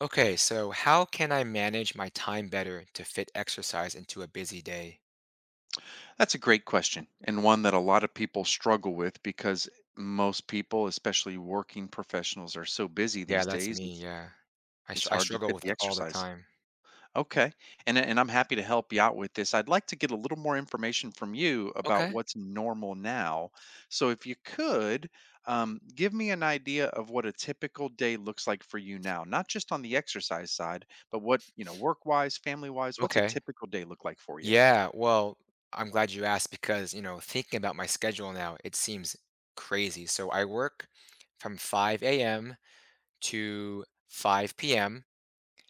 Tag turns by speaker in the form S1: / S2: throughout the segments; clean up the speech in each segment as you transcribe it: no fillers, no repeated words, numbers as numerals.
S1: Okay, so how can I manage my time better to fit exercise into a busy day?
S2: That's a great question, and one that a lot of people struggle with because most people, especially working professionals, are so busy
S1: Yeah,
S2: these
S1: that's
S2: days.
S1: me.
S2: It's
S1: Yeah.
S2: it's
S1: I
S2: hard to
S1: struggle
S2: fit
S1: with
S2: the
S1: it all the
S2: exercise.
S1: time.
S2: Okay, and I'm happy to help you out with this. I'd like to get a little more information from you about
S1: Okay.
S2: what's normal now. So if you could, give me an idea of what a typical day looks like for you now, not just on the exercise side, but what, work wise, family wise. What's a
S1: Okay.
S2: typical day look like for you?
S1: Yeah. Well, I'm glad you asked because, you know, thinking about my schedule now, it seems crazy. So I work from 5 a.m. to 5 p.m.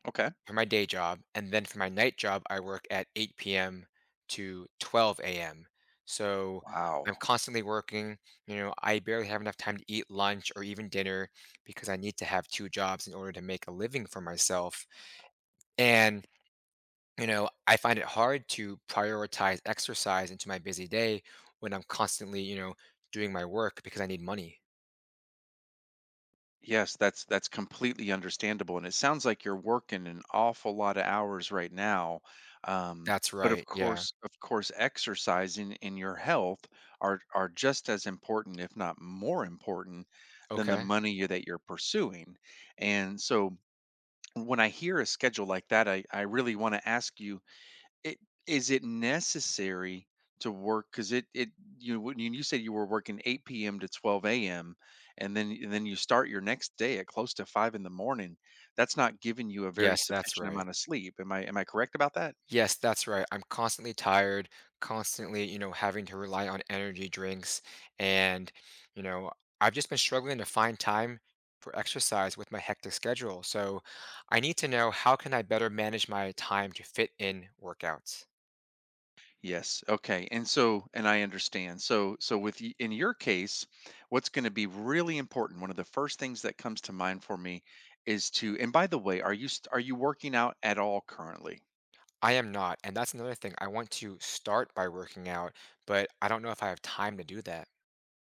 S2: Okay.
S1: for my day job, and then for my night job, I work at 8 p.m. to 12 a.m. So I'm
S2: Wow.
S1: constantly working. You know, I barely have enough time to eat lunch or even dinner because I need to have two jobs in order to make a living for myself. And, I find it hard to prioritize exercise into my busy day when I'm constantly, doing my work because I need money.
S2: Yes, that's completely understandable, and it sounds like you're working an awful lot of hours right now. Um,
S1: That's
S2: but of
S1: right. Yeah.
S2: course, exercising and your health are just as important, if not more important, than the
S1: Okay.
S2: money that you're pursuing. And so, when I hear a schedule like that, I really want to ask you, it is it necessary to work? Because it you when you said you were working 8 p.m. to 12 a.m., and then you start your next day at close to 5 in the morning, that's not giving you a very
S1: Yes, that's
S2: sufficient
S1: right.
S2: amount of sleep. Am I correct about that?
S1: Yes, that's right. I'm constantly tired, constantly, having to rely on energy drinks. And, you know, I've just been struggling to find time for exercise with my hectic schedule. So I need to know, how can I better manage my time to fit in workouts?
S2: Yes, okay, and I understand. So with y in your case, what's gonna be really important, one of the first things that comes to mind for me is to and by the way, are you st are you working out at all currently?
S1: I am not. And that's another thing. I want to start by working out, but I don't know if I have time to do that.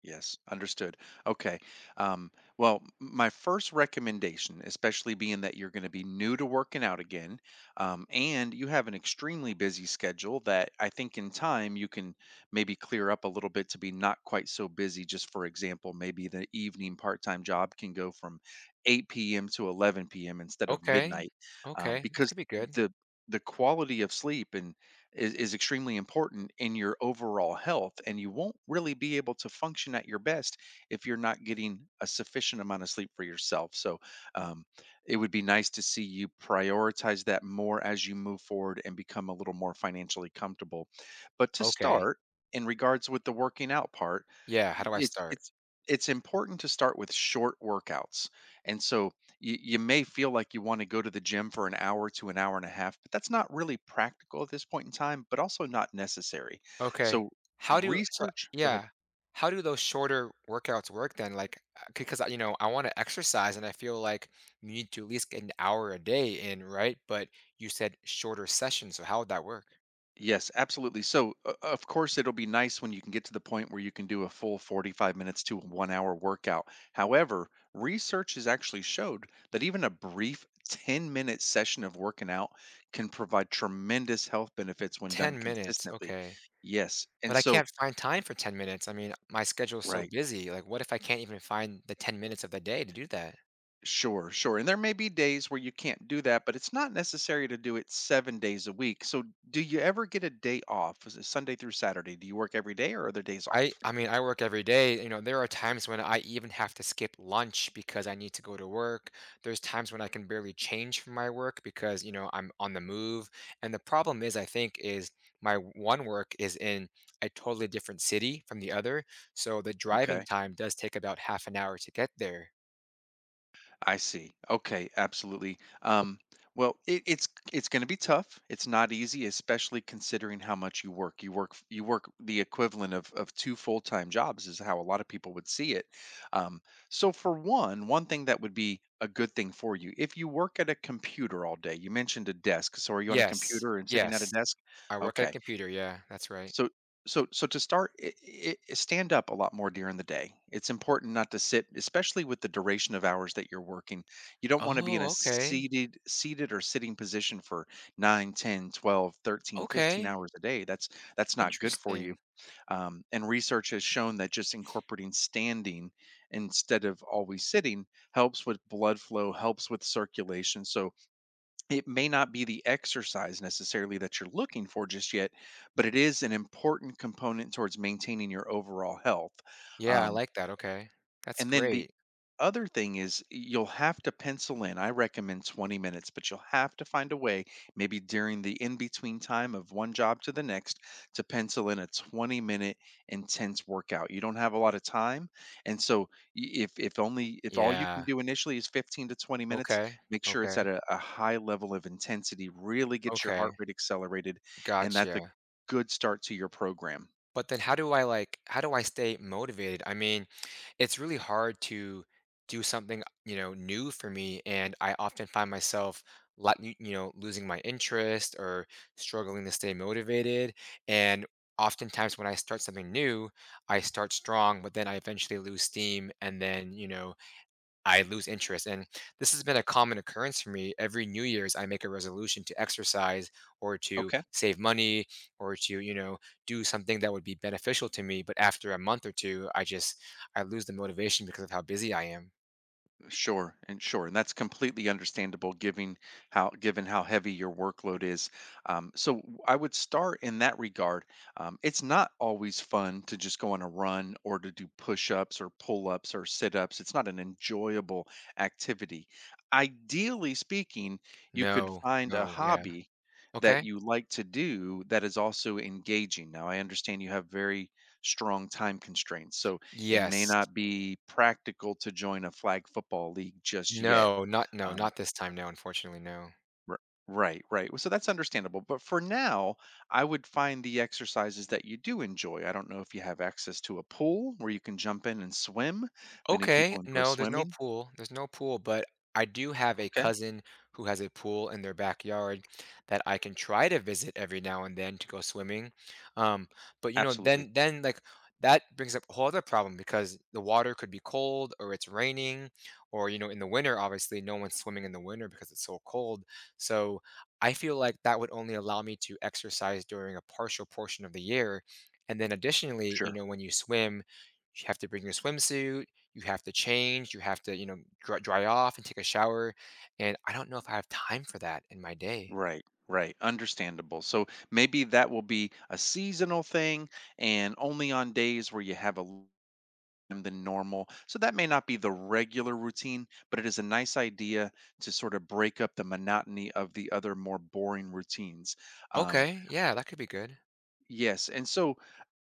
S2: Yes, understood. Okay. Um, well, my first recommendation, especially being that you're going to be new to working out again, and you have an extremely busy schedule that I think in time you can maybe clear up a little bit to be not quite so busy. Just for example, maybe the evening part time job can go from 8 p.m. to 11 p.m. instead of
S1: Okay.
S2: midnight,
S1: Okay, that
S2: because
S1: could be good.
S2: the the quality of sleep is extremely important in your overall health. And you won't really be able to function at your best if you're not getting a sufficient amount of sleep for yourself. So um, it would be nice to see you prioritize that more as you move forward and become a little more financially comfortable. But to
S1: Okay.
S2: start, in regards with the working out part,
S1: Yeah. How
S2: y-
S1: do I
S2: it's
S1: start?
S2: it's it's important to start with short workouts. And so you may feel like you want to go to the gym for an hour to an hour and a half, but that's not really practical at this point in time, but also not necessary.
S1: Okay.
S2: So,
S1: How do so
S2: research, go ahead.
S1: yeah. How do those shorter workouts work then? Like, because you know, I want to exercise, and I feel like you need to at least get an hour a day in, right? But you said shorter sessions, so how would that work?
S2: Yes, absolutely. So, of course, it'll be nice when you can get to the point where you can do a full 45 minutes to a 1 hour workout. However, research has actually showed that even a brief 10-minute session of working out can provide tremendous health benefits when done
S1: 10 minutes,
S2: consistently.
S1: okay.
S2: Yes.
S1: But
S2: And
S1: I
S2: so,
S1: can't find time for 10 minutes. I mean, my schedule's so
S2: right.
S1: busy. Like, what if I can't even find the 10 minutes of the day to do that?
S2: Sure, sure. And there may be days where you can't do that, but it's not necessary to do it 7 days a week. So, do you ever get a day off? Is it Sunday through Saturday? Do you work every day or are there days
S1: I
S2: off?
S1: I mean, I work every day. You know, there are times when I even have to skip lunch because I need to go to work. There's times when I can barely change from my work because, you know, I'm on the move. And the problem is, I think, is my one work is in a totally different city from the other. So the driving
S2: Okay.
S1: time does take about half an hour to get there.
S2: I see. Okay, absolutely. Well, it's going to be tough. It's not easy, especially considering how much you work. You work you work the equivalent of two full time jobs is how a lot of people would see it. Um, so for one thing that would be a good thing for you if you work at a computer all day. You mentioned a desk. So are you on a
S1: Yes.
S2: computer and sitting at a
S1: Yes.
S2: desk?
S1: I work at a
S2: Okay,
S1: computer. Yeah, that's right.
S2: so to start, stand up a lot more during the day. It's important not to sit, especially with the duration of hours that you're working. You don't want to be in a
S1: Oh, okay.
S2: seated or sitting position for 9, 10, 12, 13, 15
S1: Okay.
S2: hours a day. That's not good for
S1: Interesting.
S2: you. And research has shown that just incorporating standing instead of always sitting helps with blood flow, helps with circulation. So it may not be the exercise necessarily that you're looking for just yet, but it is an important component towards maintaining your overall health.
S1: Yeah, I
S2: Um,
S1: like that. Okay. That's
S2: and then the
S1: great.
S2: other thing is, you'll have to pencil in, I recommend 20 minutes, but you'll have to find a way maybe during the in between time of one job to the next to pencil in a 20-minute intense workout. You don't have a lot of time, and so y- if only if all you can
S1: Yeah.
S2: do initially is 15 to 20 minutes,
S1: Okay,
S2: make sure it's
S1: okay,
S2: at a high level of intensity. Really get your
S1: okay,
S2: heart rate accelerated, and that's a
S1: gotcha.
S2: good start to your program.
S1: But then how do I, like, how do I stay motivated? I mean, it's really hard to do something, you know, new for me and I often find myself lot you you know, losing my interest or struggling to stay motivated, and oftentimes when I start something new, I start strong, but then I eventually lose steam and then, you know, I lose interest. And this has been a common occurrence for me. Every New Year's, I make a resolution to exercise or to
S2: Okay.
S1: save money or to, you know, do something that would be beneficial to me. But after a month or two, I just, I lose the motivation because of how busy I am.
S2: Sure, and that's completely understandable, given how heavy your workload is. So I would start in that regard. It's not always fun to just go on a run or to do push-ups or pull-ups or sit-ups. It's not an enjoyable activity. Ideally speaking, you could
S1: No,
S2: find a
S1: no, yeah.
S2: hobby that
S1: Okay.
S2: you like to do that is also engaging. Now, I understand you have very strong time constraints, so it may
S1: Yes.
S2: not be practical to join a flag football league just yet.
S1: No, not, no,
S2: Um,
S1: not this time. No, unfortunately, no.
S2: r- right, right. Well, so that's understandable. But for now, I would find the exercises that you do enjoy. I don't know if you have access to a pool where you can jump in and swim. Many
S1: Okay,
S2: people enjoy
S1: no, there's no
S2: swimming.
S1: pool. There's no pool, but I do have a
S2: Okay,
S1: cousin who has a pool in their backyard that I can try to visit every now and then to go swimming. Um, but you know,
S2: absolutely.
S1: then like that brings up a whole other problem because the water could be cold or it's raining or you know, in the winter obviously no one's swimming in the winter because it's so cold. So I feel like that would only allow me to exercise during a partial portion of the year. And then additionally, you
S2: Sure.
S1: know, when you swim, you have to bring your swimsuit, you have to change, you have to, you know, dry off and take a shower. And I don't know if I have time for that in my day.
S2: Right, right. Understandable. So maybe that will be a seasonal thing and only on days where you have a them than normal. So that may not be the regular routine, but it is a nice idea to sort of break up the monotony of the other more boring routines. Um,
S1: Okay, yeah, that could be good.
S2: yes, and so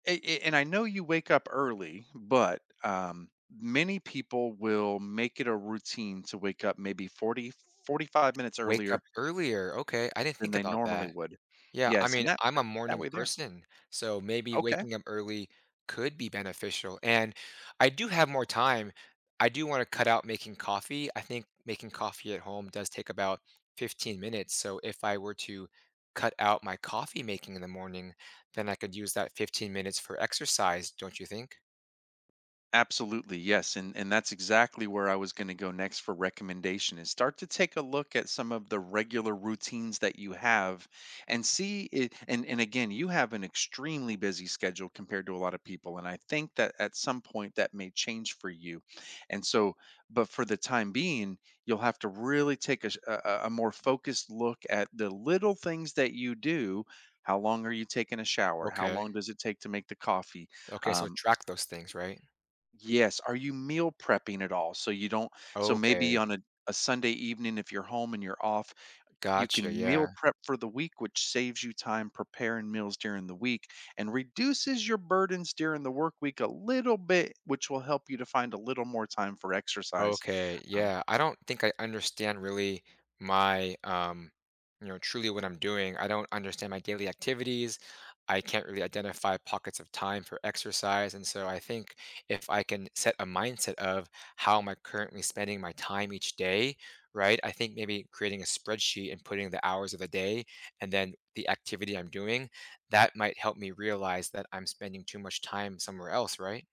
S2: and I know you wake up early, but many people will make it a routine to wake up maybe 40, 45 minutes
S1: Wake up
S2: earlier
S1: earlier. Okay, I didn't
S2: than
S1: think
S2: they
S1: about
S2: normally
S1: that.
S2: would.
S1: Yeah, I
S2: Yes, and
S1: mean,
S2: that
S1: I'm a
S2: that
S1: morning
S2: way there.
S1: person, so maybe
S2: Okay.
S1: waking up early could be beneficial. And I do have more time. I do want to cut out making coffee. I think making coffee at home does take about 15 minutes. So if I were to cut out my coffee making in the morning, then I could use that 15 minutes for exercise, don't you think?
S2: Absolutely, yes, and that's exactly where I was going to go next for recommendation, is start to take a look at some of the regular routines that you have and see it, and again, you have an extremely busy schedule compared to a lot of people, and I think that at some point that may change for you. And so, but for the time being, you'll have to really take a, sh- a more focused look at the little things that you do. How long are you taking a shower? How
S1: Okay.
S2: long does it take to make the coffee?
S1: Okay, so
S2: um,
S1: track those things, right?
S2: Yes, are you meal prepping at all? So you don't, so maybe
S1: Okay.
S2: on a Sunday evening, if you're home and you're off, you
S1: Gotcha.
S2: can meal
S1: Yeah.
S2: prep for the week, which saves you time preparing meals during the week and reduces your burdens during the work week a little bit, which will help you to find a little more time for exercise.
S1: Okay,
S2: um,
S1: yeah. I don't think I understand really my you know, truly what I'm doing. I don't understand my daily activities. I can't really identify pockets of time for exercise. And so I think if I can set a mindset of how am I currently spending my time each day, right? I think maybe creating a spreadsheet and putting the hours of the day and then the activity I'm doing, that might help me realize that I'm spending too much time somewhere else, right?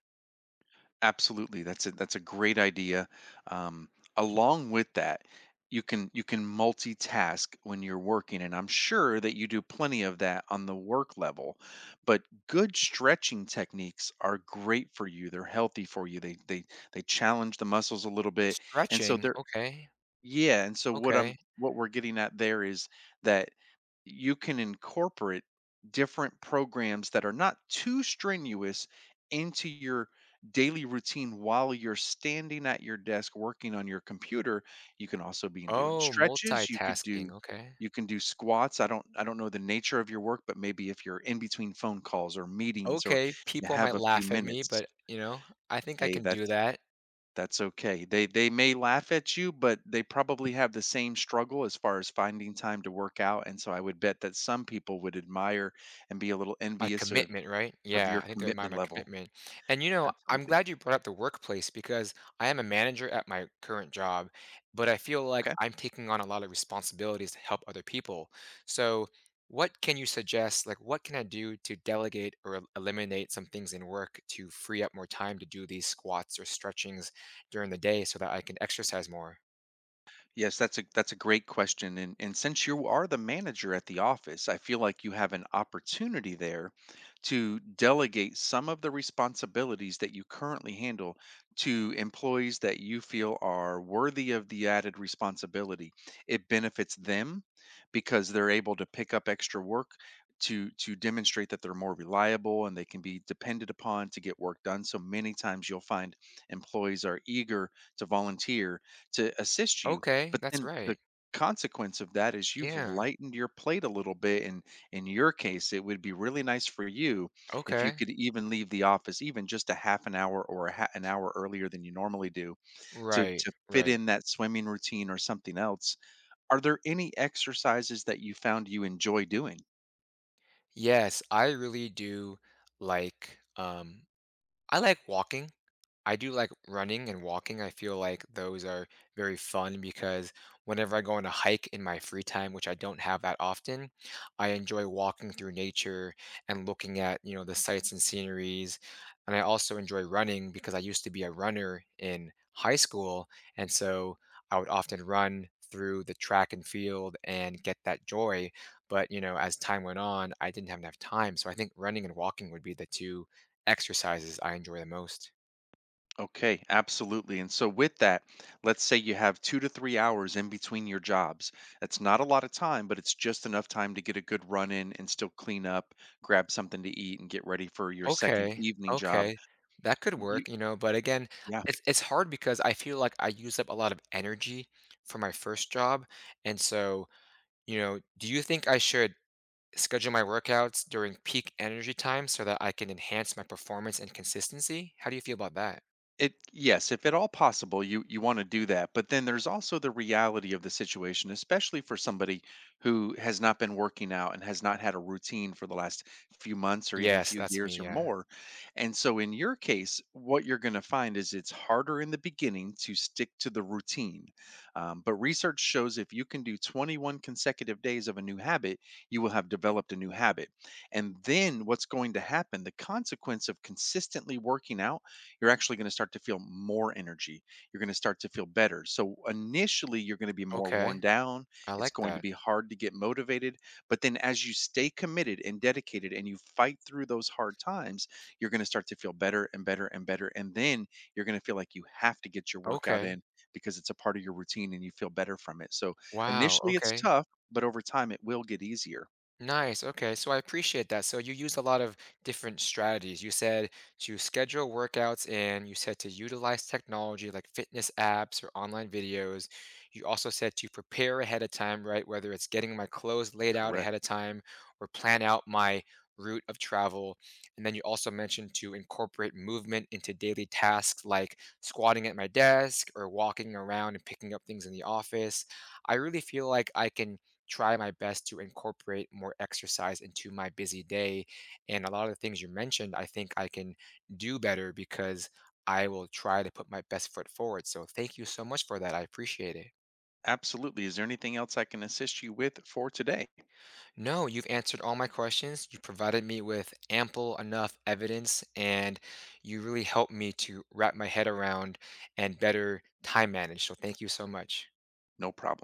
S2: Absolutely, that's a great idea. Um, along with that, you can multitask when you're working, and I'm sure that you do plenty of that on the work level. But good stretching techniques are great for you. They're healthy for you. They challenge the muscles a little bit, and so
S1: Stretching,
S2: they're,
S1: okay.
S2: yeah. And so
S1: Okay.
S2: what we're getting at there is that you can incorporate different programs that are not too strenuous into your daily routine. While you're standing at your desk working on your computer, you can also be doing
S1: Oh,
S2: stretches. you could
S1: multitasking,
S2: do
S1: okay.
S2: you can do squats. I don't know the nature of your work, but maybe if you're in between phone calls or meetings, or
S1: Okay,
S2: you
S1: people
S2: have
S1: might
S2: a few
S1: laugh at me,
S2: minutes,
S1: but, you know, I think I
S2: hey,
S1: can do
S2: that's
S1: that.
S2: okay. They may laugh at you, but they probably have the same struggle as far as finding time to work out, and so I would bet that some people would admire and be a little
S1: My
S2: envious of
S1: commitment, right?
S2: of
S1: Yeah,
S2: your
S1: I think they admire
S2: commitment
S1: my
S2: level.
S1: commitment. And, you know, I'm
S2: Absolutely.
S1: glad you brought up the workplace because I am a manager at my current job, but I feel like
S2: Okay.
S1: I'm taking on a lot of responsibilities to help other people. So, what can you suggest? Like, what can I do to delegate or eliminate some things in work to free up more time to do these squats or stretchings during the day so that I can exercise more?
S2: Yes, that's a great question. And since you are the manager at the office, I feel like you have an opportunity there to delegate some of the responsibilities that you currently handle to employees that you feel are worthy of the added responsibility. It benefits them because they're able to pick up extra work, to demonstrate that they're more reliable and they can be depended upon to get work done. So many times you'll find employees are eager to volunteer to assist you,
S1: Okay,
S2: but
S1: that's
S2: then the
S1: right.
S2: consequence of that is you've
S1: Yeah.
S2: lightened your plate a little bit, and in your case, it would be really nice for you if you
S1: Okay.
S2: could even leave the office even just a half an hour or an hour earlier than you normally do, to
S1: Right,
S2: to fit
S1: right.
S2: in that swimming routine or something else. Are there any exercises that you found you enjoy doing?
S1: Yes, I really do like I like walking. I do like running and walking. I feel like those are very fun because whenever I go on a hike in my free time, which I don't have that often, I enjoy walking through nature and looking at, you know, the sights and sceneries. And I also enjoy running because I used to be a runner in high school. And so I would often run through the track and field and get that joy. But, you know, as time went on, I didn't have enough time. So I think running and walking would be the two exercises I enjoy the most.
S2: Okay, absolutely. And so, with that, let's say you have 2 to 3 hours in between your jobs. That's not a lot of time, but it's just enough time to get a good run in and still clean up, grab something to eat, and get ready for your second
S1: Okay,
S2: evening job.
S1: okay. That could
S2: You,
S1: work, you know, but again,
S2: yeah.
S1: it's hard because I feel like I use up a lot of energy for my first job. And so, you know, do you think I should schedule my workouts during peak energy time so that I can enhance my performance and consistency? How do you feel about that?
S2: It, yes, if at all possible, you want to do that. But then there's also the reality of the situation, especially for somebody who has not been working out and has not had a routine for the last few months or even
S1: Yes,
S2: few
S1: that's me,
S2: years or
S1: yeah.
S2: more. And so in your case, what you're going to find is it's harder in the beginning to stick to the routine. But research shows if you can do 21 consecutive days of a new habit, you will have developed a new habit. And then what's going to happen? The consequence of consistently working out, you're actually going to start to feel more energy. You're going to start to feel better. So initially, you're going to be more worn
S1: Okay.
S2: down.
S1: I
S2: It's
S1: like
S2: going to
S1: that.
S2: be hard to get motivated. But then, as you stay committed and dedicated and you fight through those hard times, you're going to start to feel better and better and better. And then you're going to feel like you have to get your workout
S1: Okay.
S2: in because it's a part of your routine and you feel better from it. So
S1: Wow,
S2: initially, it's
S1: okay.
S2: tough, but over time, it will get easier.
S1: Nice. Okay. So I appreciate that. So you used a lot of different strategies. You said to schedule workouts in, you said to utilize technology like fitness apps or online videos. You also said to prepare ahead of time, right? Whether it's getting my clothes laid out
S2: Correct.
S1: ahead of time or plan out my route of travel. And then you also mentioned to incorporate movement into daily tasks like squatting at my desk or walking around and picking up things in the office. I really feel like I can try my best to incorporate more exercise into my busy day. And a lot of the things you mentioned, I think I can do better because I will try to put my best foot forward. So thank you so much for that. I appreciate it.
S2: Absolutely. Is there anything else I can assist you with for today?
S1: No, you've answered all my questions. You provided me with ample enough evidence and you really helped me to wrap my head around and better time manage. So thank you so much.
S2: No problem.